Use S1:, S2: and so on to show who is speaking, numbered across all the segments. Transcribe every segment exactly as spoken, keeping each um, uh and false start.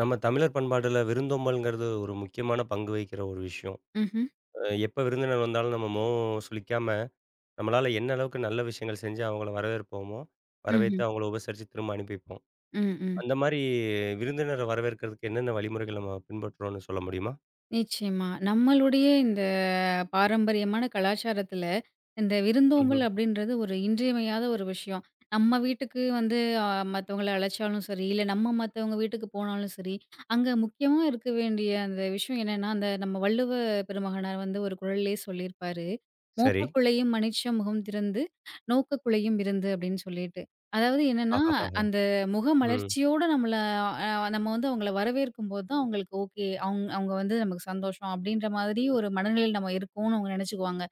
S1: நம்ம தமிழர் பண்பாடுல விருந்தோம்பல்ங்கிறது ஒரு முக்கியமான பங்கு வகிக்கிற ஒரு விஷயம்.
S2: ம்ஹ்ம்.
S1: அ எப்ப விருந்தினர் வந்தாலும் நம்ம முகம் சுளிக்காம, நம்மளால என்ன அளவுக்கு நல்ல விஷயங்கள் செஞ்சு அவங்கள வரவேற்போமோ, வரவேத்து
S2: ம்ஹ்ம்.
S1: அவங்கள உபசரிச்சு திரும்ப அனுப்பி வைப்போம்.
S2: ம், ம்.
S1: அந்த மாரி விருந்தினர வரவேற்கிறதுக்கு என்னென்ன வழிமுறைகள் நம்ம பின்பற்றுறோம்னு சொல்ல முடியுமா?
S2: நிச்சயமா. நம்மளுடைய இந்த பாரம்பரியமான கலாச்சாரத்துல, இந்த விருந்தோம்பல்
S1: ம்ஹ்ம்.
S2: அப்படின்றது ஒரு இன்றியமையாத ஒரு விஷயம். நம்ம வீட்டுக்கு வந்து அ மத்தவங்கள அழைச்சாலும் சரி, இல்ல நம்ம மத்தவங்க வீட்டுக்கு போனாலும் சரி, அங்க முக்கியமா இருக்க வேண்டிய அந்த விஷயம் என்னன்னா, அந்த நம்ம வள்ளுவ பெருமகனார் வந்து ஒரு குறள்லயே சொல்லியிருப்பாரு,
S1: சரி.
S2: "மோப்பக்குள்ளையும் மனுஷ முகம் திறந்து, நோக்கக்குள்ளையும் விருந்து" அப்படின்னு சொல்லிட்டு. அதாவது என்னன்னா,
S1: ஆஹஹஹா!
S2: அந்த
S1: ம்.
S2: முகமலர்ச்சியோட நம்மள அ நம்ம வந்து அவங்கள வரவேற்கும்போது தான் அவங்களுக்கு ஓகே. அவுங் அவங்க வந்து நமக்கு சந்தோஷம் அப்டின்ற மாதிரி ஒரு மனநிலையில நம்ம இருக்கோம்னு அவங்க நெனச்சுக்குவாங்க.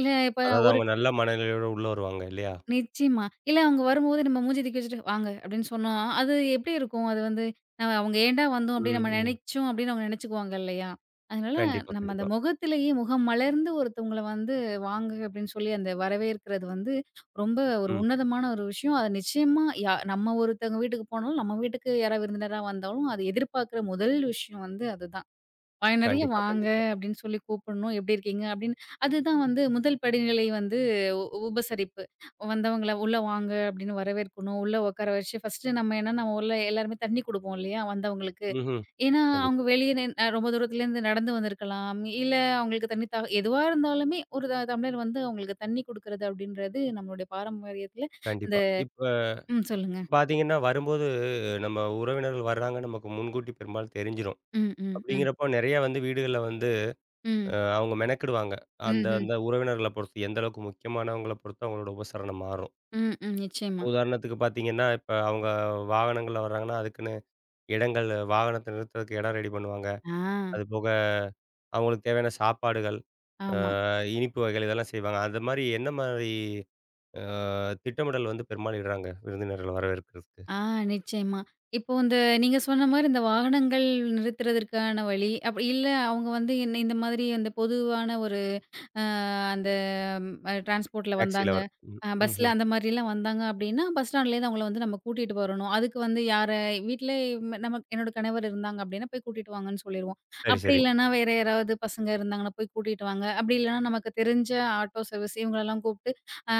S2: இல்ல இப்ப
S1: அதாவது
S2: ஒரு
S1: அவங்க நல்ல மனநிலையோட உள்ள வருவாங்க இல்லையா?
S2: நிச்சயமா. இல்ல அவங்க வரும்போது நம்ம மூஞ்சி தூக்கி வச்சுட்டு "வாங்க" அப்படின்னு சொன்னா, அது எப்படி இருக்கும்? அது வந்து நம்ம அவங்க "ஏன்டா வந்தோம்" அப்படின்னு
S1: ம்,
S2: நம்ம
S1: ம்.
S2: நினைச்சோம் அப்படின்னு அவங்க நினைச்சுக்குவாங்க இல்லையா? அதனால
S1: கண்டிப்பா,
S2: நம்ம அந்த
S1: கண்டிப்பா.
S2: முகத்திலேயே முகம் மலர்ந்து ஒருத்தவங்கள வந்து "வாங்க" அப்படின்னு சொல்லி அந்த வரவேற்கிறது வந்து ரொம்ப ஒரு
S1: ம்.
S2: உன்னதமான ஒரு விஷயம். அது நிச்சயமா யா நம்ம ஒருத்தவங்க வீட்டுக்கு போனாலும், நம்ம வீட்டுக்கு யாராவது விருந்தினரா வந்தாலும், அது எதிர்பார்க்கிற முதல் விஷயம் வந்து அதுதான். "வா நிறைய
S1: கண்டிப்பா,
S2: வாங்க"
S1: கண்டிப்பா.
S2: அப்படின்னு சொல்லி கூப்பிடணும். "எப்படி இருக்கீங்க?" அப்படின்னு. அதுதான் வந்து முதல் படிநிலை வந்து உ உபசரிப்பு. வந்தவங்கள "உள்ள வாங்க" அப்படின்னு வரவேற்கணும். உள்ள உட்கார வச்சு ஃபர்ஸ்ட்டு நம்ம ஏன்னா நம்ம உள்ள எல்லாருமே தண்ணி குடுப்போம் இல்லையா வந்தவங்களுக்கு.
S1: ம்ஹ்ம்.
S2: ஏன்னா
S1: கண்டிப்பா,
S2: அவங்க வெளிய நின் அ ரொம்ப தூரத்துலேருந்து நடந்து வந்திருக்கலாம். இல்ல அவங்களுக்கு தண்ணி தாக எதுவா இருந்தாலுமே ஒரு த டம்ளர் வந்து அவங்களுக்கு தண்ணி குடுக்குறது அப்படின்றது நம்மளுடைய பாரம்பரியத்தில இந்த
S1: கண்டிப்பா. இப்ப
S2: ம் சொல்லுங்க.
S1: பாத்தீங்கன்னா, வரும்போது நம்ம உறவினர்கள் வர்றாங்க நமக்கு முன்கூட்டி பெரும்பாலும் தெரிஞ்சிரும்.
S2: ம், ம், ம்,
S1: அப்படிங்கிறப்போ நெறைய வந்து வீடுகள்ல வந்து
S2: ம்,
S1: அ அவங்க மெனக்கிடுவாங்க. அந்த
S2: ம்ஹ்ம்.
S1: அந்த உறவினர்கள பொறுத்து எந்த அளவுக்கு முக்கியமானவங்கள பொறுத்து அவங்களோட உபசரணம் மாறும்.
S2: ம், ம். ம் நிச்சயமா.
S1: உதாரணத்துக்கு பார்த்தீங்கன்னா, இப்ப அவங்க வாகனங்கள்ல வர்றாங்கன்னா, அதுக்குன்னு இடங்கள் வாகனத்த நிறுத்துறதுக்கு இடம் ரெடி பண்ணுவாங்க.
S2: ஆ,
S1: அதுபோக அவங்களுக்கு தேவையான சாப்பாடுகள், அ
S2: ஆமா.
S1: இனிப்பு வகைகள் இதெல்லாம் செய்வாங்க. அது மாரி என்ன மாரி அ திட்டமிடல் வந்து பெரும்பாலும் இடுறாங்க விருந்தினர்கள வரவேற்கிறதுக்கு?
S2: ஆ நிச்சயமா. இப்போ இந்த நீங்க சொன்ன மாரி இந்த வாகனங்கள் நிறுத்துறதற்கான வழி, அப்படி இல்ல அவங்க வந்து இந்த இந்த மாதிரி அந்த பொதுவான அந்த அ டிரான்ஸ்போர்ட்ல
S1: டாக்ஸில
S2: வந்தாங்க.
S1: வர ம்.
S2: அ பஸ்ல
S1: ம்ஹ்ம்.
S2: அந்த மாரிலாம் வந்தாங்க அப்டின்னா, பஸ் ஸ்டாண்ட்லேருந்து அவங்கள வந்து நம்ம கூட்டிட்டு வரணும். அதுக்கு வந்து யார வீட்ல நம்ம என்னோட கணவர் இருந்தாங்க அப்டின்னா, போய் கூட்டிட்டு வாங்கன்னு சொல்லிருவோம்.
S1: சரி,
S2: அப்டி
S1: சரி.
S2: இல்லன்னா வேற யாராவது பசங்க இருந்தாங்கன்னா, போய் கூட்டிட்டு வாங்க. அப்டி இல்லன்னா நமக்கு தெரிஞ்ச ஆட்டோ சர்வீஸ் இவங்களலாம் கூப்ட்டு அ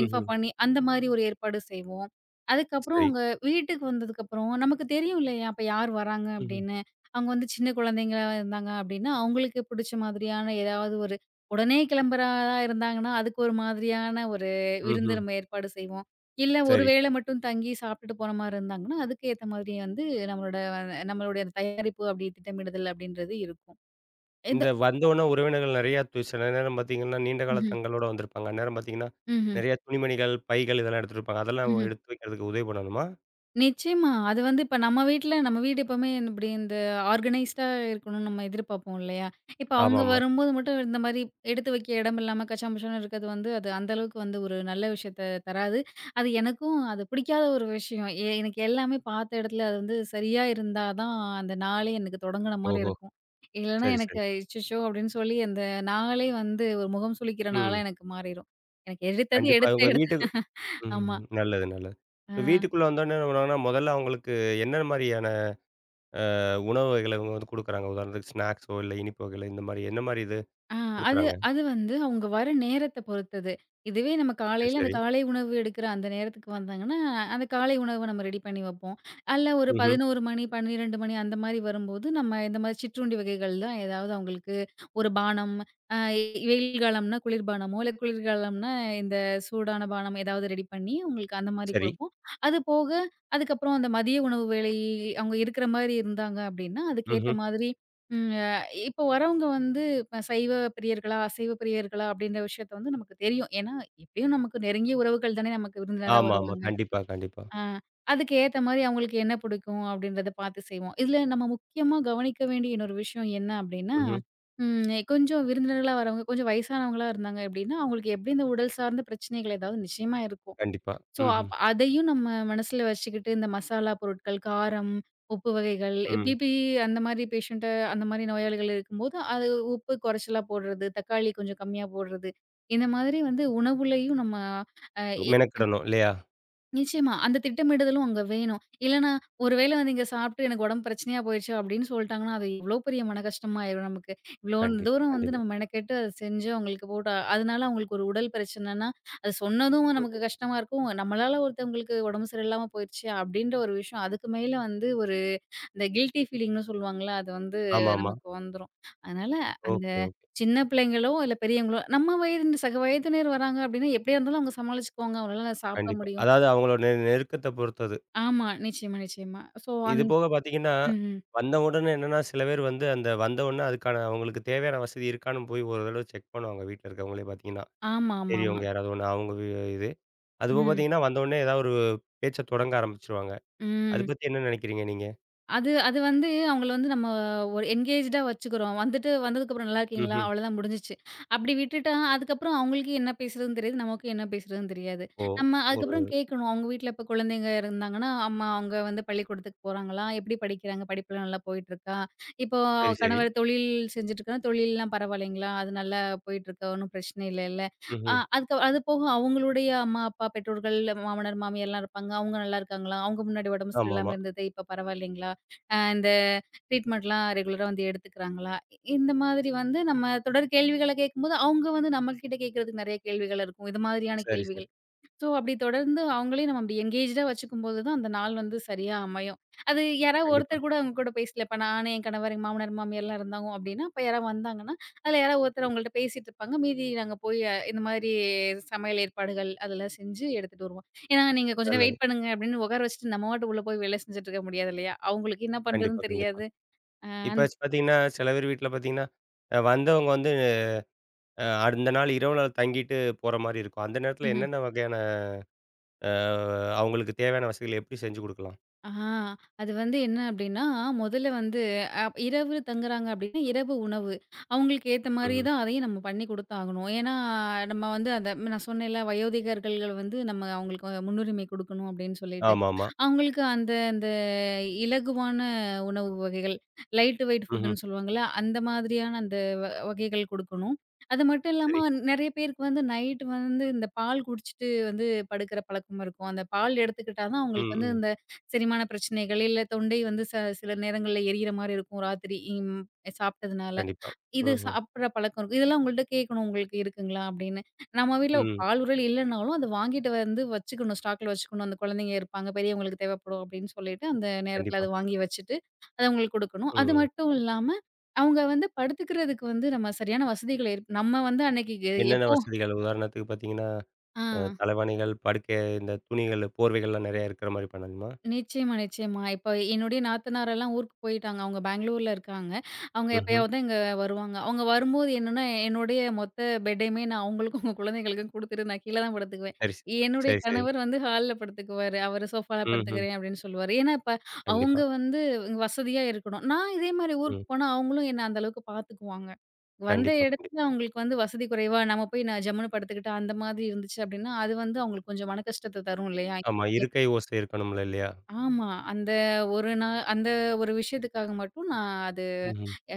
S1: ம்ஹ்ம்.
S2: இன்ஃபார்ம் பண்ணி அந்த மாரி ஒரு ஏற்பாடு செய்வோம். அதுக்கப்புறம்
S1: சரி.
S2: அவங்க வீட்டுக்கு வந்ததுக்கப்புறம் நமக்கு தெரியும் இல்லையா? அப்ப யார் வராங்க
S1: ம்ஹ்ம்.
S2: அப்டின்னு. அவங்க வந்து சின்ன குழந்தைங்களா இருந்தாங்க அப்டின்னா, அவங்களுக்கு பிடிச்ச மாதிரியான ஏதாவது ஒரு உடனே கிளம்புறதா இருந்தாங்கன்னா, அதுக்கு ஒரு மாதிரியான ஒரு விருந்து
S1: ம்ஹ்ம்.
S2: நம்ம ஏற்பாடு செய்வோம். இல்ல ஒரு
S1: சரி.
S2: வேளை மட்டும் தங்கி சாப்பிட்டுட்டு போற மாரி இருந்தாங்கன்னா, அதுக்கு ஏத்த மாதிரி வந்து நம்மளோட வ- நம்மளுடைய அந்த தயாரிப்பு அப்படி திட்டமிடுதல் அப்படின்றது இருக்கும்.
S1: இந்த
S2: ஏதோ
S1: வந்தோன உறவினர்கள் நெறையா து சில நேரம் பார்த்தீங்கன்னா, நீண்ட கால
S2: ம்ஹ்ம்,
S1: தங்களோட வந்திருப்பாங்க. அந்நேரம் பார்த்தீங்கன்னா,
S2: ம்ஹ்ம்,
S1: நெறைய துணிமணிகள், பைகள் இதெல்லாம் எடுத்துட்டு இருப்பாங்க. அதெல்லாம்
S2: ம்ஹ்ம்.
S1: எடுத்து வைக்கிறதுக்கு உதவி பண்ணணுமா?
S2: நிச்சயமா. அது வந்து இப்ப நம்ம வீட்ல நம்ம வீடு எப்பவுமே இப்படி இந்த ஆர்கனைஸ்டா இருக்கணும்னு நம்ம எதிர்பார்ப்போம் இல்லையா? இப்ப அவங்க
S1: ஆமாமா.
S2: வரும்போது மட்டும் இந்த மாரி எடுத்து வைக்க இடம் இல்லாம கச்சாமுச்சான்னு இருக்கிறது வந்து அது அந்த அளவுக்கு வந்து ஒரு நல்ல விஷயத்த தராது. அது எனக்கும் அது பிடிக்காத ஒரு விஷயம். எ எனக்கு எல்லாமே பார்த்த இடத்துல அது வந்து சரியா இருந்தா தான் அந்த நாளே எனக்கு தொடங்குன மாரி
S1: ஓஹோ!
S2: இருக்கும். இல்லன்னா
S1: சரி,
S2: எனக்கு
S1: சரி.
S2: அச்சச்சோ! அப்படின்னு சொல்லி அந்த நாளே வந்து ஒரு முகம் சுளிக்கிற நாளா
S1: ம்.
S2: எனக்கு மாறிரும். எனக்கு எடுத்தது
S1: கண்டிப்பா.
S2: எடுத்த
S1: உங்க வீட்டுக்கு
S2: எடுத்த ஆமா.
S1: ம். நல்லது, நல்லது. இப்ப
S2: அ.
S1: வீட்டுக்குள்ள வந்தோனே என்ன பண்ணுவாங்கன்னா, முதல்ல அவங்களுக்கு என்ன மாரியான அ உணவு வகைகள இவங்க வந்து குடுக்குறாங்க? உதாரணத்துக்கு ஸ்நாக்ஸோ, இல்ல இனிப்பு வகைகளோ இந்த மாரி என்ன மாரி இது
S2: ஆ அது
S1: குடுக்குறாங்க?
S2: அது வந்து அவங்க வர நேரத்த பொறுத்தது. இதுவே நம்ம
S1: சரி,
S2: காலையில அந்த
S1: சரி.
S2: காலை உணவு எடுக்கிற அந்த நேரத்துக்கு வந்தாங்கன்னா, அந்த காலை உணவ நம்ம ரெடி பண்ணி வைப்போம். அல்ல ஒரு
S1: ம்ஹ்ம்.
S2: பதினொரு மணி, பன்னிரண்டு மணி அந்த மாரி வரும்போது, நம்ம இந்த மாரி சிற்றுண்டி வகைகள் தான் ஏதாவது அவங்களுக்கு ஒரு பானம், அ வெயில் காலம்னா குளிர்பானமோ, இல்ல குளிர்காலம்னா இந்த சூடான பானம் ஏதாவது ரெடி பண்ணி அவங்களுக்கு அந்த மாரி
S1: சரி.
S2: குடுப்போம். அது போக அதுக்கப்புறம் அந்த மதிய உணவு வேளை அவங்க இருக்கிற மாரி இருந்தாங்க அப்படின்னா,
S1: ம்ஹ்ம்.
S2: அதுக்கேத்த மாதிரி ம். இப்போ வரவங்க வந்து இப்ப சைவ பிரியர்களா, அசைவ பிரியர்களா அப்படின்ற விஷயத்த வந்து நமக்கு தெரியும். ஏன்னா, எப்படியும் நமக்கு நெருங்கிய உறவுகள் தானே நமக்கு விருந்தினரா
S1: ஆமாமா.
S2: வருவாங்க.
S1: கண்டிப்பா, கண்டிப்பா.
S2: ஆ அதுக்கு ஏத்த மாரி அவங்களுக்கு என்ன பிடிக்கும் அப்படின்றத பார்த்து செய்வோம். இதுல நம்ம முக்கியமா கவனிக்க வேண்டிய இன்னொரு விஷயம் என்ன அப்படின்னா,
S1: ம்ஹ்ம்.
S2: ம் கொஞ்சம் விருந்தினர்களா வரவங்க, கொஞ்சம் வயசானவங்களா இருந்தாங்க அப்படின்னா, அவங்களுக்கு எப்படி இந்த உடல் சார்ந்த பிரச்சனைகள் ஏதாவது நிச்சயமா இருக்கும்.
S1: கண்டிப்பா.
S2: ஸோ,
S1: ம்ஹ்ம்.
S2: அப் அதையும் நம்ம மனசுல வச்சுக்கிட்டு, இந்த மசாலா பொருட்கள், காரம், உப்பு வகைகள்,
S1: ம்.
S2: பிபி அந்த மாரி பேஷண்ட்டு அந்த மாரி நோயாளிகள் இருக்கும்போது, அது உப்பு குறைச்சலா போடுறது, தக்காளி கொஞ்சம் கம்மியா போடுறது, இந்த மாதிரி வந்து உணவுலயும் நம்ம அ இ
S1: மெனக்கிடணும் இல்லையா?
S2: நிச்சயமா. அந்த திட்டமிடுதலும் அங்க வேணும். இல்லன்னா, ஒரு வேள வந்து இங்க சாப்பிட்டு எனக்கு உடம்பு பிரச்சனையா போயிருச்சு அப்படின்னு சொல்ட்டாங்கன்னா, அது எவ்ளோ பெரிய மன கஷ்டமாயிரும் நமக்கு. இவ்ளோ
S1: கண்டிப்பா,
S2: தூரம் வந்து
S1: கண்டிப்பா.
S2: நம்ம மெனக்கெட்டு அத செஞ்சு அவங்களுக்கு போட்டு அ- அதனால அவங்களுக்கு ஒரு உடல் பிரச்சனைன்னா, அது சொன்னதும் நமக்கு
S1: ம்ஹ்ம்.
S2: கஷ்டமா இருக்கும். நம்மளால ஒருத்தவங்களுக்கு உடம்பு சரியில்லாம போயிருச்சு அப்படின்ற ஒரு விஷயம். அதுக்கு மேல வந்து ஒரு இந்த கில்டி ஃபீலிங்ன்னு சொல்லுவாங்கல்ல, அது வந்து
S1: ஆமாமா.
S2: நமக்கு வந்துரும். அதனால அந்த
S1: ஓகே, ஓகே.
S2: சின்ன பிள்ளைங்களோ, இல்ல பெரியவங்களோ நம்ம வயது சக வயதினர் வராங்க அப்படின்னா, எப்படியா இருந்தாலும் அவங்க சமாளிச்சுக்குவாங்க. அவங்களால சாப்பிட
S1: கண்டிப்பா.
S2: முடியும்.
S1: அதாவது அவங்களோட நெ நெருக்கத்த பொறுத்தது.
S2: ஆமா. நிச்சயமா, நிச்சயமா. சோ
S1: இது
S2: அந்
S1: போக பார்த்தீங்கன்னா,
S2: ம். ம்.
S1: வந்த உடனே என்னன்னா, சில பேர் வந்து அந்த வந்த உடனே அதுக்கான அவங்களுக்கு தேவையான வசதி இருக்கான்னு போய் ஒரு தடவ செக் பண்ணுவாங்க வீட்ல இருக்கவங்களே பார்த்தீங்கன்னா.
S2: ஆமா, ஆமா, ஆமா.
S1: பெரியவங்க யாராவது ஒண்ணு அவங்க வீ இது. அதுபோக
S2: ம்.
S1: பார்த்தீங்கன்னா, வந்த உடனே ஏதாவது ஒரு பேச்ச தொடங்க ஆரம்பிச்சுருவாங்க. அத
S2: ம்.
S1: பத்தி என்ன நினைக்கிறீங்க நீங்க?
S2: அது அது வந்து அவங்கள வந்து நம்ம ஒரு என்கேஜ்டா வச்சுக்கிறோம். வந்துட்டு வந்ததுக்கப்புறம் "நல்லா இருக்கீங்களா?"
S1: ம்ஹ்ம்.
S2: அவ்வளதான் முடிஞ்சுச்சு. அப்படி விட்டுட்டா, அதுக்கப்புறம் அவங்களுக்கு என்ன பேசுறதுன்னு தெரியாது. நமக்கு என்ன பேசுறதுன்னு தெரியாது.
S1: ஓ!
S2: நம்ம
S1: ஒரு
S2: அதுக்கப்புறம் கேட்கணும். அவங்க வீட்ல இப்ப குழந்தைங்க இருந்தாங்கன்னா, அம்மா அவங்க வந்து பள்ளிக்கூடத்துக்கு போறாங்களா? எப்படி படிக்கிறாங்க? படிப்புலாம் நல்லா போயிட்டுருக்கா? இப்போ
S1: சரி, சரி.
S2: கணவர் தொழில் செஞ்சுட்டுருக்காங்க. தொழில்லாம் பரவாயில்லைங்களா? அது நல்லா போயிட்டுருக்கா? ஒண்ணும் பிரச்சனை இல்லைல்ல? அ
S1: ம்ஹ்ம்.
S2: அதுக்கு அது போக அவங்களுடைய அம்மா, அப்பா, பெற்றோர்கள், மாமனார், மாமியார்லாம் இருப்பாங்க. அவங்க நல்லா இருக்காங்களா? அவங்க முன்னாடி உடம்பு
S1: ஆமாமா.
S2: சரியில்லாம இருந்தது, இப்ப பரவாயில்லைங்களா? அ இந்த ட்ரீட்மெண்ட்லாம் ரெகுலரா வந்து எடுத்துக்கிறாங்களா? இ- இந்த மாதிரி வந்து நம்ம தொடர் கேள்விகள கேட்கும்போது, அவங்க வந்து நம்மகிட்ட கேட்கறதுக்கு நெறைய கேள்விகள் இருக்கும். இது மாதிரியான
S1: சரி, சரி.
S2: கேள்விகள். ஸோ, அப்படி தொடர்ந்து அவங்களையும் நம்ம அப்படி எங்கேஜ்டா வச்சுக்கும்போது தான், அந்த நாள் வந்து சரியா அமையும். அது யாராவது
S1: கண்டிப்பா.
S2: ஒருத்தர் கூட அவங்க கூட பேசல. இப்ப நானு, என் கணவர், எங்க மாமனார், மாமியார்லாம் இருந்தாங்க அப்படின்னா, அப்ப யாராவது வந்தாங்கன்னா, அதில யாராவது ஒருத்தர் அவங்கள்ட்ட பேசிட்டு இருப்பாங்க. மீதி நாங்க போய் அஹ், இந்த மாதிரி சமையல் ஏற்பாடுகள் அதெல்லாம் செஞ்சு எடுத்துட்டு வருவோம். ஏன்னா, "நீங்க கொஞ்ச நேரம்
S1: நல்லது.
S2: வெயிட் பண்ணுங்க" அப்படின்னு உட்கார வச்சுட்டு, நம்ம பாட்டுக்கு உள்ள போய் வேலை செஞ்சுட்டு இருக்க முடியாது இல்லையா? அவங்களுக்கு என்ன
S1: கண்டிப்பா,
S2: பண்றதுன்னு
S1: கண்டிப்பா.
S2: தெரியாது. ஆ.
S1: இப்பயாச்சு பார்த்தீங்கன்னா, சில பேர் வீட்ல பார்த்தீங்கன்னா, அ வந்தவங்க வந்து அ அந்த நாள் இரவு நாள் தங்கிட்டு போற மாரி இருக்கும். அந்த நேரத்தில
S2: ம்ஹ்ம்.
S1: என்னென்ன வகையான அ அவங்களுக்கு தேவையான வசதிகள எப்படி செஞ்சு குடுக்கலாம்?
S2: ஆ அது வந்து என்ன அப்டின்னா, முதல்ல வந்து அ இரவு தங்குறாங்க அப்டின்னா, இரவு உணவு. அவங்களுக்கு ஏத்த மாரி
S1: ம்.
S2: தான் அதையும் நம்ம பண்ணி குடுத்தாகணும். ஏன்னா, நம்ம வந்து அந்த ம், நான் சொன்னேன்ல வயோதிகர்கள் வந்து நம்ம அவங்களுக்கு முன்னுரிமை குடுக்கணும் அப்டின்னு சொல்லிட்டு.
S1: ஆமாமா.
S2: அவங்களுக்கு அந்த அந்த இலகுவான உணவு வகைகள், லைட் வெயிட்
S1: ம்ஹ்ம்.
S2: ஃபுட்டுன்னு சொல்லுவாங்கல்ல, அந்த மாதிரியான அந்த வ வகைகள் குடுக்கணும். அது மட்டும்
S1: சரி.
S2: இல்லாம நெறைய பேருக்கு வந்து நைட் வந்து இந்த பால் குடிச்சிட்டு வந்து படுக்கிற பழக்கம் இருக்கும். அந்த பால் எடுத்துக்கிட்டா தான்
S1: ம்,
S2: அவங்களுக்கு வந்து
S1: ம்.
S2: இந்த செரிமான பிரச்சனைகள், இல்ல தொண்டை வந்து ச சில நேரங்கள்ல எரியிற மாரி இருக்கும் ராத்திரி இம் சாப்ட்டதுனால.
S1: கண்டிப்பா.
S2: இது
S1: ம்ஹ்ம்.
S2: சாப்பிடுற பழக்கம் இருக்கும். இதெல்லாம் உங்கள்ட்ட கேட்கணும் உங்களுக்கு இருக்குங்களா? அப்படின்னு. நம்ம வீட்ல
S1: ம்.
S2: பால் உருள் இல்லனாலும் அத வாங்கிட்டு வந்து வச்சுக்கணும். ஸ்டாக்ல வச்சுக்கணும். அந்த குழந்தைங்க இருப்பாங்க. பெரியவங்களுக்கு தேவைப்படும் அப்படின்னு சொல்லிட்டு, அந்த நேரத்துல
S1: கண்டிப்பா.
S2: அத வாங்கி வச்சுட்டு, அத அவங்களுக்கு குடுக்கணும். அது
S1: ம்.
S2: மட்டும் இல்லாம, அவங்க வந்து படுத்துக்கிறதுக்கு வந்து நம்ம சரியான வசதிகள் ஏற் நம்ம வந்து அன்னைக்கு எ
S1: என்னென்ன
S2: எப்போ
S1: வசதிகள்? உதாரணத்துக்கு பார்த்தீங்கன்னா,
S2: ஆ.
S1: அ தலைவாணிகள், படுக்கை இந்த துணிகள், போர்வைகள்லாம் நெறையா இருக்கிற மாரி பண்ணணுமா?
S2: நிச்சயமா, நிச்சயமா. இப்ப என்னுடைய நாத்தனாரெல்லாம் ஊருக்கு போயிட்டாங்க. அவங்க பெங்களூர்ல இருக்காங்க. அவங்க
S1: ம்ஹ்ம்.
S2: எப்பயாவது தான் இங்க வருவாங்க. அவங்க வரும்போது என்னன்னா, என்னுடைய மொத்த பெட்டையுமே நான் அவங்களுக்கும், அவங்க குழந்தைகளுக்கும் குடுத்துட்டு நான் கீழ தான் படுத்துக்குவேன்.
S1: சரி,
S2: என்னுடைய
S1: சரி, சரி.
S2: கணவர் வந்து ஹால்ல படுத்துக்குவாரு. அவரு சோஃபால
S1: ம்ஹ்ம்.
S2: படுத்துக்கிறேன் அப்படின்னு சொல்லுவாரு. ஏன்னா, இப்ப
S1: கண்டிப்பா.
S2: அவங்க வந்து இங்க வசதியா இருக்கணும். நான் இதே மாரி
S1: ம்.
S2: ஊருக்கு போனா அவங்களும் என்ன அந்த அளவுக்கு பாத்துக்குவாங்க. வந்த
S1: கண்டிப்பா, கண்டிப்பா.
S2: இடத்துல அவங்களுக்கு வந்து வசதி குறைவா, நம்ம போய் நான் ஜம்முன்னு படுத்துக்கிட்டா அந்த மாதிரி இருந்துச்சு அப்படின்னா, அது வந்து அவங்களுக்கு கொஞ்சம் மன கஷ்டத்த தரும் இல்லையா?
S1: ஆமா. இருக்கை ஓசை இருக்கணும்ல இல்லையா?
S2: ஆமா. அந்த ஒரு நா அந்த ஒரு விஷயத்துக்காக மட்டும் நான் அது
S1: ம்ஹ்ம்.
S2: அ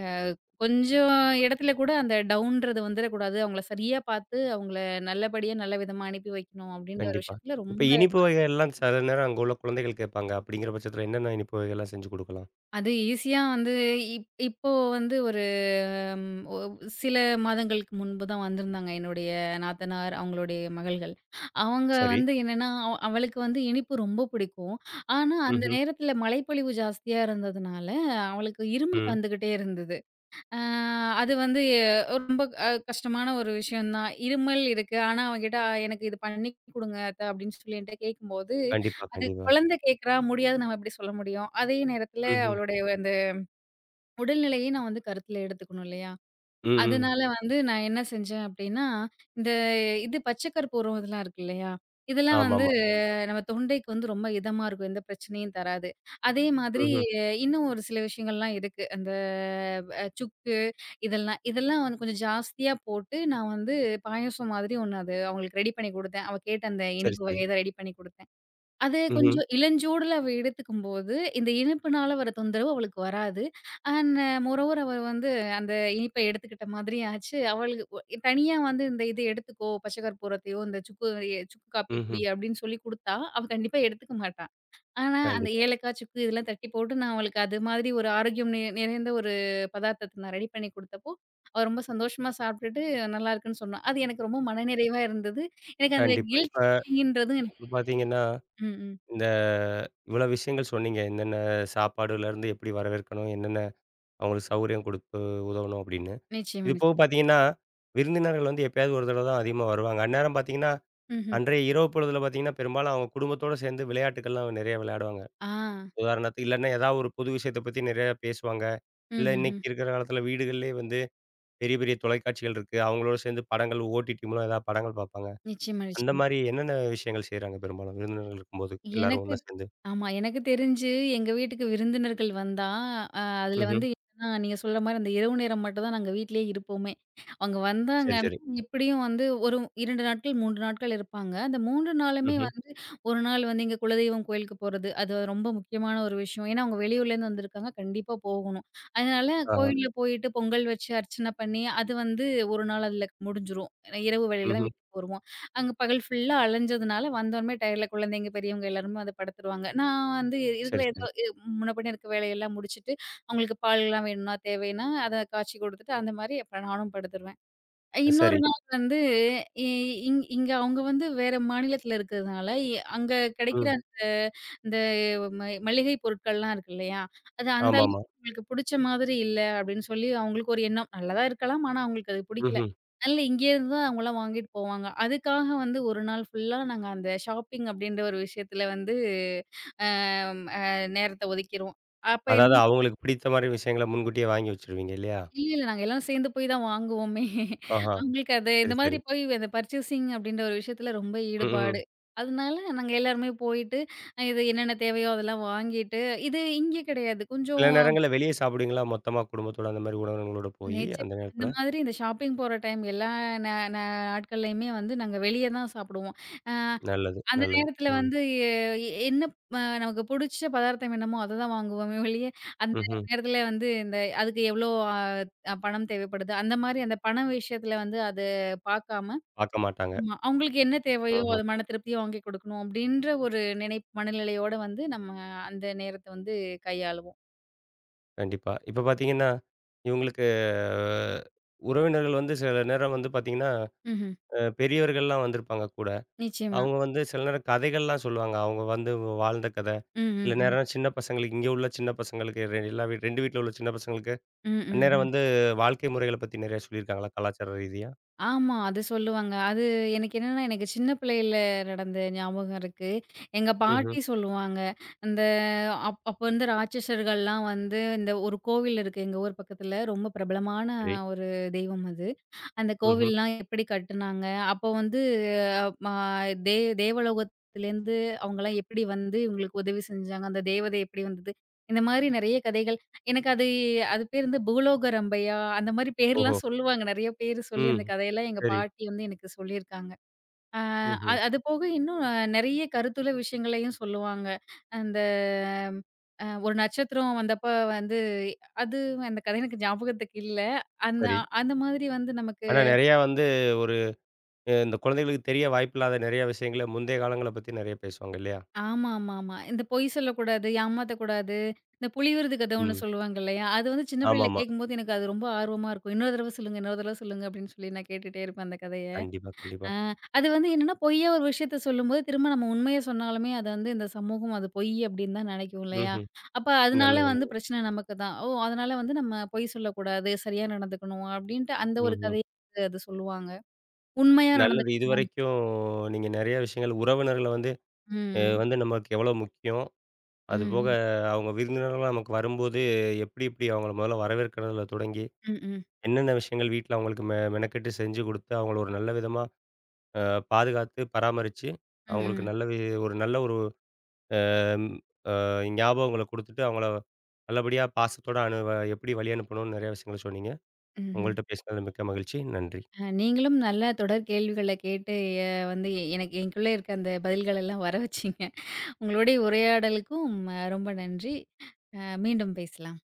S2: கொஞ்சம் இடத்துல கூட அந்த டவுன்றது வந்துறக்கூடாது. அவங்கள சரியா பார்த்து, அவங்கள நல்லபடியா நல்ல விதமா அனுப்பி வைக்கணும் அப்டின்ற ஒரு
S1: கண்டிப்பா.
S2: விஷயத்துல
S1: இப்ப
S2: ரொம்ப
S1: இனிப்பு வகைகள்லாம் சில நேரம் அங்க உள்ள குழந்தைகள் கேட்பாங்க. அப்படிங்கிற பட்சத்தில என்னென்ன இனிப்பு வகைகள்லாம் செஞ்சு குடுக்கலாம்?
S2: அது ஈஸியா வந்து இப் இப்போ வந்து ஒரு ம் ஒ சில மாதங்களுக்கு முன்பு தான் வந்திருந்தாங்க என்னுடைய நாத்தனார், அவங்களுடைய மகள்கள். அவங்க
S1: சரி.
S2: வந்து என்னன்னா, அவ அவளுக்கு வந்து இனிப்பு ரொம்ப பிடிக்கும். ஆனா, அந்த
S1: ம்ஹ்ம்.
S2: நேரத்துல மழைப்பொழிவு ஜாஸ்தியா இருந்ததுனால, அவளுக்கு இருமல்
S1: ம்.
S2: வந்துகிட்டே இருந்தது. ஆ அது வந்து அ, ரொம்ப அ கஷ்டமான ஒரு விஷயம் தான். இருமல் இருக்கு. ஆனா அவகிட்ட "எனக்கு இது பண்ணி குடுங்க அத்த" அப்படின்னு சொல்லி என்ட்ட கேட்கும்போது,
S1: கண்டிப்பா,
S2: அது
S1: கண்டிப்பா.
S2: குழந்தை கேட்கிறா, முடியாது நம்ம எப்படி சொல்ல முடியும்? அதே நேரத்தில
S1: ம்ஹ்ம்.
S2: அவளுடைய அந்த உடல்நிலையை நான் வந்து கருத்தில எடுத்துக்கணும் இல்லையா?
S1: ம், ம்.
S2: அதனால வந்து நான் என்ன செஞ்சேன் அப்படின்னா, இந்த இது பச்சை கற்பூரம் இதெல்லாம் இருக்கு இல்லையா? இதெல்லாம் வந்து
S1: ஆமாமா.
S2: நம்ம தொண்டைக்கு வந்து ரொம்ப இதமா இருக்கும். எந்த பிரச்சனையும் தராது. அதே மாதிரி
S1: ம்ஹ்ம்.
S2: அஹ், இன்னும் ஒரு சில விஷயங்கள்லாம் இருக்கு. அந்த அ சுக்கு இதெல்லாம் இதெல்லாம் வந்து கொஞ்சம் ஜாஸ்தியா போட்டு நான் வந்து பாயாசம் மாதிரி ஒண்ணு அது அவங்களுக்கு ரெடி பண்ணி குடுத்தேன். அவ கேட்ட அந்த
S1: சரி,
S2: இனிப்பு
S1: சரி.
S2: வகை தான் ரெடி பண்ணி குடுத்தேன். அது
S1: ம்ஹ்ம்.
S2: கொஞ்சம் இளஞ்சூடுல அவ எடுத்துக்கும்போது, இந்த இனிப்புனால வர தொந்தரவு அவளுக்கு வராது. அண்ட் மோரோவர் அவ வந்து அந்த இனிப்ப எடுத்துக்கிட்ட மாதிரி ஆச்சு. அவளுக்கு ஒ தனியா வந்து இந்த இது எடுத்துக்கோ, பச்ச கற்பூரத்தையோ, இந்த சுக்கு எ சுக்கு காப்பி
S1: ம்ஹ்ம்.
S2: குடி அப்படின்னு சொல்லி குடுத்தா, அவ கண்டிப்பா எடுத்துக்க மாட்டா. ஆனா அந்த
S1: கண்டிப்பா,
S2: ஏலக்காய், சுக்கு இதெல்லாம் தட்டி போட்டு நான் அவளுக்கு அது மாதிரி ஒரு ஆரோக்கியம் நி நிறைந்த ஒரு பதார்த்தத்த நான் ரெடி பண்ணி குடுத்தப்போ, அவ ரொம்ப சந்தோஷமா சாப்பிட்டுட்டு நல்லாருக்குன்னு சொன்னா. அது எனக்கு ரொம்ப மனநிறைவா இருந்தது. எனக்கு அந்த
S1: கண்டிப்பா. இப்ப
S2: கில்ட் ன்றதும்
S1: இப்ப பார்த்தீங்கன்னா,
S2: ம், ம்.
S1: இந்த இவ்வளோ விஷயங்கள் சொன்னீங்க. என்னென்ன சாப்பாடுலருந்து எப்படி வரவேற்கணும்? என்னென்ன அவங்களுக்கு சௌரியம் குடுத்து உதவணும் அப்படின்னு.
S2: நிச்சயமா,
S1: இது போக
S2: நிச்சயமா.
S1: பார்த்தீங்கன்னா, விருந்தினர்கள் வந்து எப்பயாவது ஒரு தடவ தான் அதிகமா வருவாங்க. அந்நேரம் பார்த்தீங்கன்னா
S2: ம்ஹ்ம்.
S1: அன்றைய இரவு பொழுதில பார்த்தீங்கன்னா, பெரும்பாலும் அவங்க குடும்பத்தோட சேர்ந்து விளையாட்டுக்கள்லாம் நிறைய விளையாடுவாங்க.
S2: ஆ.
S1: உதாரணத்துக்கு இல்லன்னா ஏதாவது ஒரு புது விஷயத்த பத்தி நிறைய பேசுவாங்க.
S2: ம்,
S1: இல்ல இன்னைக்கு
S2: ம்ஹ்ம்.
S1: இருக்கிற காலத்தில வீடுகள்லயே வந்து பெரிய பெரிய தொலைக்காட்சிகள் இருக்கு. அவங்களோட சேர்ந்து படங்கள் ஓடிடி மூலம் ஏதாவது படங்கள் பார்ப்பாங்க.
S2: நிச்சயமா,
S1: அந்த
S2: நிச்சயமா.
S1: மாரி என்னென்ன விஷயங்கள் செய்றாங்க பெரும்பாலும் விருந்தினர்கள் இருக்கும்போது எல்லாரும்
S2: எனக்கு
S1: ஒண்ணா சேர்ந்து?
S2: ஆமா. எனக்கு தெரிஞ்சு எங்க வீட்டுக்கு விருந்தினர்கள் வந்தா, அ அதுல
S1: ம்ஹ்ம்.
S2: வந்து என்னன்னா, நீங்க சொல்ற மாரி அந்த இரவு நேரம் மட்டும் தான் நாங்க வீட்லயே இருப்போமே. அவங்க
S1: சரி,
S2: வந்தாங்கன்னா,
S1: சரி.
S2: எப்படியும் வந்து ஒரு இரண்டு நாட்கள், மூன்று நாட்கள் இருப்பாங்க. அந்த மூன்று நாளுமே
S1: ம்ஹ்ம்.
S2: வந்து ஒரு நாள் வந்து எங்க குலதெய்வம் கோயிலுக்கு போறது. அது ரொம்ப முக்கியமான ஒரு விஷயம். ஏன்னா, அவங்க வெளியூர்லேருந்து வந்திருக்காங்க. கண்டிப்பா போகணும். அதனால
S1: ஆஹா.
S2: கோவில்ல போயிட்டு பொங்கல் வச்சு அர்ச்சனை பண்ணி, அது வந்து ஒரு நாள் அதுல முடிஞ்சுரும். இரவு வேளையில தான்
S1: ம்ஹ்ம்.
S2: வீட்டுக்கு வருவோம். அங்க பகல் ஃபுல்லா அலைஞ்சதுனால வந்தோனமே டயர்ட்ல குழந்தைங்க, பெரியவங்க எல்லாருமே வந்து படுத்துருவாங்க. நான் வந்து இருக்கிற
S1: சரி, சரி.
S2: ஏதோ இ முன்ன பின்ன இருக்க வேலையெல்லாம் முடிச்சுட்டு, அவங்களுக்கு பால்லாம் வேணும்னா, தேவைன்னா அத காய்ச்சி குடுத்துட்டு அந்த மாரி அப்புறம் நானும் படுத்துருவேன். இன்னொரு
S1: சரி.
S2: நாள் வந்து இ இங் இங்க அவங்க வந்து வேற மாநிலத்தில இருக்கிறதுனால, எ அங்க கிடைக்கிற
S1: ம்.
S2: அந்த இந்த ம மளிகை பொருட்கள்லாம் இருக்கு இல்லையா? அது அந்த அளவுக்கு
S1: ஆமாமா.
S2: உங்களுக்கு புடிச்ச மாதிரி இல்ல அப்படின்னு சொல்லி அவங்களுக்கு ஒரு எண்ணம். நல்லதா இருக்கலாம். ஆனா அவங்களுக்கு அது பிடிக்கல.
S1: ம்ஹ்ம்.
S2: அதனால இங்கேருந்து தான் அவங்கலாம் வாங்கிட்டு போவாங்க. அதுக்காக வந்து ஒரு நாள் ஃபுல்லா நாங்க அந்த ஷாப்பிங் அப்படின்ற ஒரு விஷயத்தில வந்து அம் அ நேரத்த ஒதுக்கிருவோம். அப்ப
S1: அதாவது
S2: என்ன
S1: அவங்களுக்கு பிடித்த மாரி விஷயங்கள முன்கூட்டியே வாங்கி வச்சுருவீங்க இல்லையா?
S2: இல்ல, இல்ல. நாங்க எல்லாரும் சேர்ந்து போய் தான் வாங்குவோமே.
S1: ஆஹா.
S2: அவங்களுக்கு அது
S1: சரி,
S2: இந்த மாதிரி
S1: சரி.
S2: போய் அந்த பர்ச்சேசிங் அப்படின்ற ஒரு விஷயத்துல ரொம்ப
S1: ம்,
S2: ஈடுபாடு.
S1: ம்.
S2: அதனால நாங்க எல்லாருமே போயிட்டு, அஹ் இது என்னென்ன தேவையோ அதெல்லாம் வாங்கிட்டு, இது இங்கே கிடையாது.
S1: சில
S2: கொஞ்சம்
S1: நேரங்கள்ல வெளிய சாப்பிடுவீங்களா? மொத்தமா குடும்பத்தோட அந்த மாரி உணவகங்களோட போயி,
S2: நேச்சர்
S1: அந்த
S2: அந்த
S1: நேரத்துல?
S2: மாதிரி இந்த ஷாப்பிங் போற டைம் எல்லா ந ந நாட்கள்லயுமே வந்து நாங்க வெளிய தான் சாப்பிடுவோம். அ
S1: நல்லது,
S2: அந்த
S1: நல்லது.
S2: நேரத்துல
S1: ம்.
S2: வந்து எ என்ன அ நமக்கு புடிச்ச பதார்த்தம் என்னமோ அத தான் வாங்குவோமே ஒழிய, அந்த
S1: ம்ஹ்ம்.
S2: நேரத்துல வந்து இந்த அதுக்கு எவ்ளோ அ அ, பணம் தேவைப்படுது, அந்த மாரி அந்த பண விஷயத்துல வந்து அது பாக்காம,
S1: பாக்க மாட்டாங்க.
S2: ஆமா அவங்களுக்கு என்ன தேவையோ
S1: ம்ஹ்ம்.
S2: அது மன திருப்தியா வாங்கி குடுக்கணும் அப்டின்ற ஒரு நினை மனநிலையோட வந்து நம்ம அந்த நேரத்த வந்து கையாளுவோம்.
S1: கண்டிப்பா. இப்ப பாத்தீங்கன்னா, இவங்களுக்கு அஹ், உறவினர்கள் வந்து சில நேரம் வந்து பாத்தீங்கன்னா,
S2: ம்ஹ்ம்.
S1: அ பெரியவர்கள்லாம் வந்திருப்பாங்க கூட.
S2: நிச்சயமா.
S1: அவங்க வந்து சில நேரம் கதைகள்லாம் சொல்லுவாங்க. அவங்க வந்து வாழ்ந்த கத.
S2: ம்,
S1: சில
S2: ம், ம்.
S1: நேரம் சின்ன பசங்களுக்கு இங்க உள்ள சின்ன பசங்களுக்கு ரெ எல்லா வீட் ரெண்டு வீட்ல உள்ள சின்ன பசங்களுக்கு,
S2: ம், ம்,
S1: அந்நேரம்
S2: ம்.
S1: வந்து வாழ்க்கை முறைகள பத்தி நெறைய சொல்லியிருக்காங்களா? கலாச்சார ரீதியா?
S2: ஆமா. அது சொல்லுவாங்க. அது எனக்கு என்னன்னா, எனக்கு சின்ன பிள்ளையில நடந்த ஞாபகம் இருக்கு. எங்க
S1: ம்ஹ்ம்.
S2: பாட்டி சொல்லுவாங்க. அந்த அப் அப்ப வந்து ராட்சசர்கள்லாம் வந்து இந்த ஒரு கோவில் இருக்கு எங்க ஊர் பக்கத்துல. ரொம்ப பிரபலமான
S1: சரி.
S2: ஒரு தெய்வம் அது. அந்த
S1: ம்ஹ்ம்.
S2: கோவில்லாம் எப்படி கட்டுனாங்க? அப்போ வந்து அஹ், ம தே தேவலோகத்திலேருந்து அவங்கலாம் எப்படி வந்து இவங்களுக்கு உதவி செஞ்சாங்க? அந்த தேவதை எப்படி வந்தது? இந்த மாரி நெறைய கதைகள். எனக்கு அது அது பேர் வந்து பூலோக ரம்பையா, அந்த மாரி
S1: ஓஹோ!
S2: பேர்லாம் சொல்லுவாங்க. நெறைய பேரு சொல்லி
S1: ம்.
S2: அந்த கதையெல்லாம் எங்க
S1: சரி.
S2: பாட்டி வந்து எனக்கு சொல்லியிருக்காங்க. ஆ அ
S1: ம்ஹ்ம்.
S2: அது போக இன்னும் நெறைய கருத்துள்ள விஷயங்களையும் சொல்லுவாங்க. அந்த அ ஒரு நட்சத்திரம் வந்தப்ப வந்து அது அந்த கதை எனக்கு ஞாபகத்துக்கு இல்ல. அந்த
S1: சரி.
S2: அந்த மாதிரி வந்து நமக்கு
S1: ஆனா நெறையா வந்து ஒரு அ இந்த குழந்தைகளுக்கு தெரிய வாய்ப்பில்லாத நெறைய விஷயங்கள முந்தைய காலங்கள பத்தி நெறைய பேசுவாங்க இல்லையா?
S2: ஆமா, ஆமா, ஆமா. இந்த பொய் சொல்லக்கூடாது, ஏமாத்தக்கூடாது. இந்த புலி விருது கதை ஒண்ணு
S1: ம்.
S2: சொல்லுவாங்க இல்லையா? அது வந்து சின்ன பிள்ளையில
S1: ஆமாமா.
S2: கேட்கும்போது எனக்கு அது ரொம்ப ஆர்வமா இருக்கும். "இன்னொரு தடவ சொல்லுங்க, இன்னொரு தடவ சொல்லுங்க" அப்படின்னு சொல்லி நான் கேட்டுட்டே இருப்பேன் அந்த கதைய.
S1: கண்டிப்பா, கண்டிப்பா.
S2: ஆ அது வந்து என்னன்னா, பொய்யா ஒரு விஷயத்த சொல்லும்போது, திரும்ப நம்ம உண்மைய சொன்னாலுமே, அத வந்து இந்த சமூகம் அது பொய் அப்படின்னு தான் நினைக்கும் இல்லையா?
S1: ம்ஹ்ம்.
S2: அப்ப அதனால
S1: நல்லது.
S2: வந்து பிரச்சனை நமக்கு தான். ஓ! அதனால வந்து நம்ம பொய் சொல்லக்கூடாது, சரியா நடந்துக்கணும் அப்படின்ட்டு அந்த ஒரு
S1: ம்ஹ்ம்.
S2: கதைய வந்து அது சொல்லுவாங்க. உண்மையா
S1: நல்லது.
S2: நடந்துக்கணும்.
S1: இதுவரைக்கும் நீங்க நெறைய விஷயங்கள் உறவினர்கள வந்து
S2: ம்,
S1: அ
S2: ம்.
S1: வந்து நமக்கு எவ்வளோ முக்கியம். அதுபோக
S2: ம்.
S1: அவங்க விருந்தினர்களா நமக்கு வரும்போது எப்படி எப்படி அவங்கள முதல்ல வரவேற்கிறதுல தொடங்கி,
S2: ம், ம்.
S1: என்னென்ன விஷயங்கள் வீட்ல அவங்களுக்கு மெ மெனக்கெட்டு செஞ்சு குடுத்து, அவங்கள ஒரு நல்ல விதமா அ பாதுகாத்து, பராமரிச்சு,
S2: ம்,
S1: அவங்களுக்கு
S2: ம்.
S1: நல்ல வி ஒரு நல்ல ஒரு அ ஞாபகங்கள குடுத்துட்டு, அவங்கள நல்லபடியா பாசத்தோட அனு எப்படி வழி அனுப்பணும்னு நெறைய விஷயங்கள சொன்னீங்க.
S2: ம்ஹ்ம்.
S1: உங்கள்ட்ட பேசினதுல மிக்க மகிழ்ச்சி. நன்றி.
S2: அ நீங்களும் நல்ல தொடர் கேள்விகள கேட்டு எ வந்து எ- எனக்கு எனக்குள்ள இருக்க அந்த பதில்கள் எல்லாம் வர வச்சீங்க. உங்களுடைய உரையாடலுக்கும் அ ரொம்ப நன்றி. அ மீண்டும் பேசலாம்.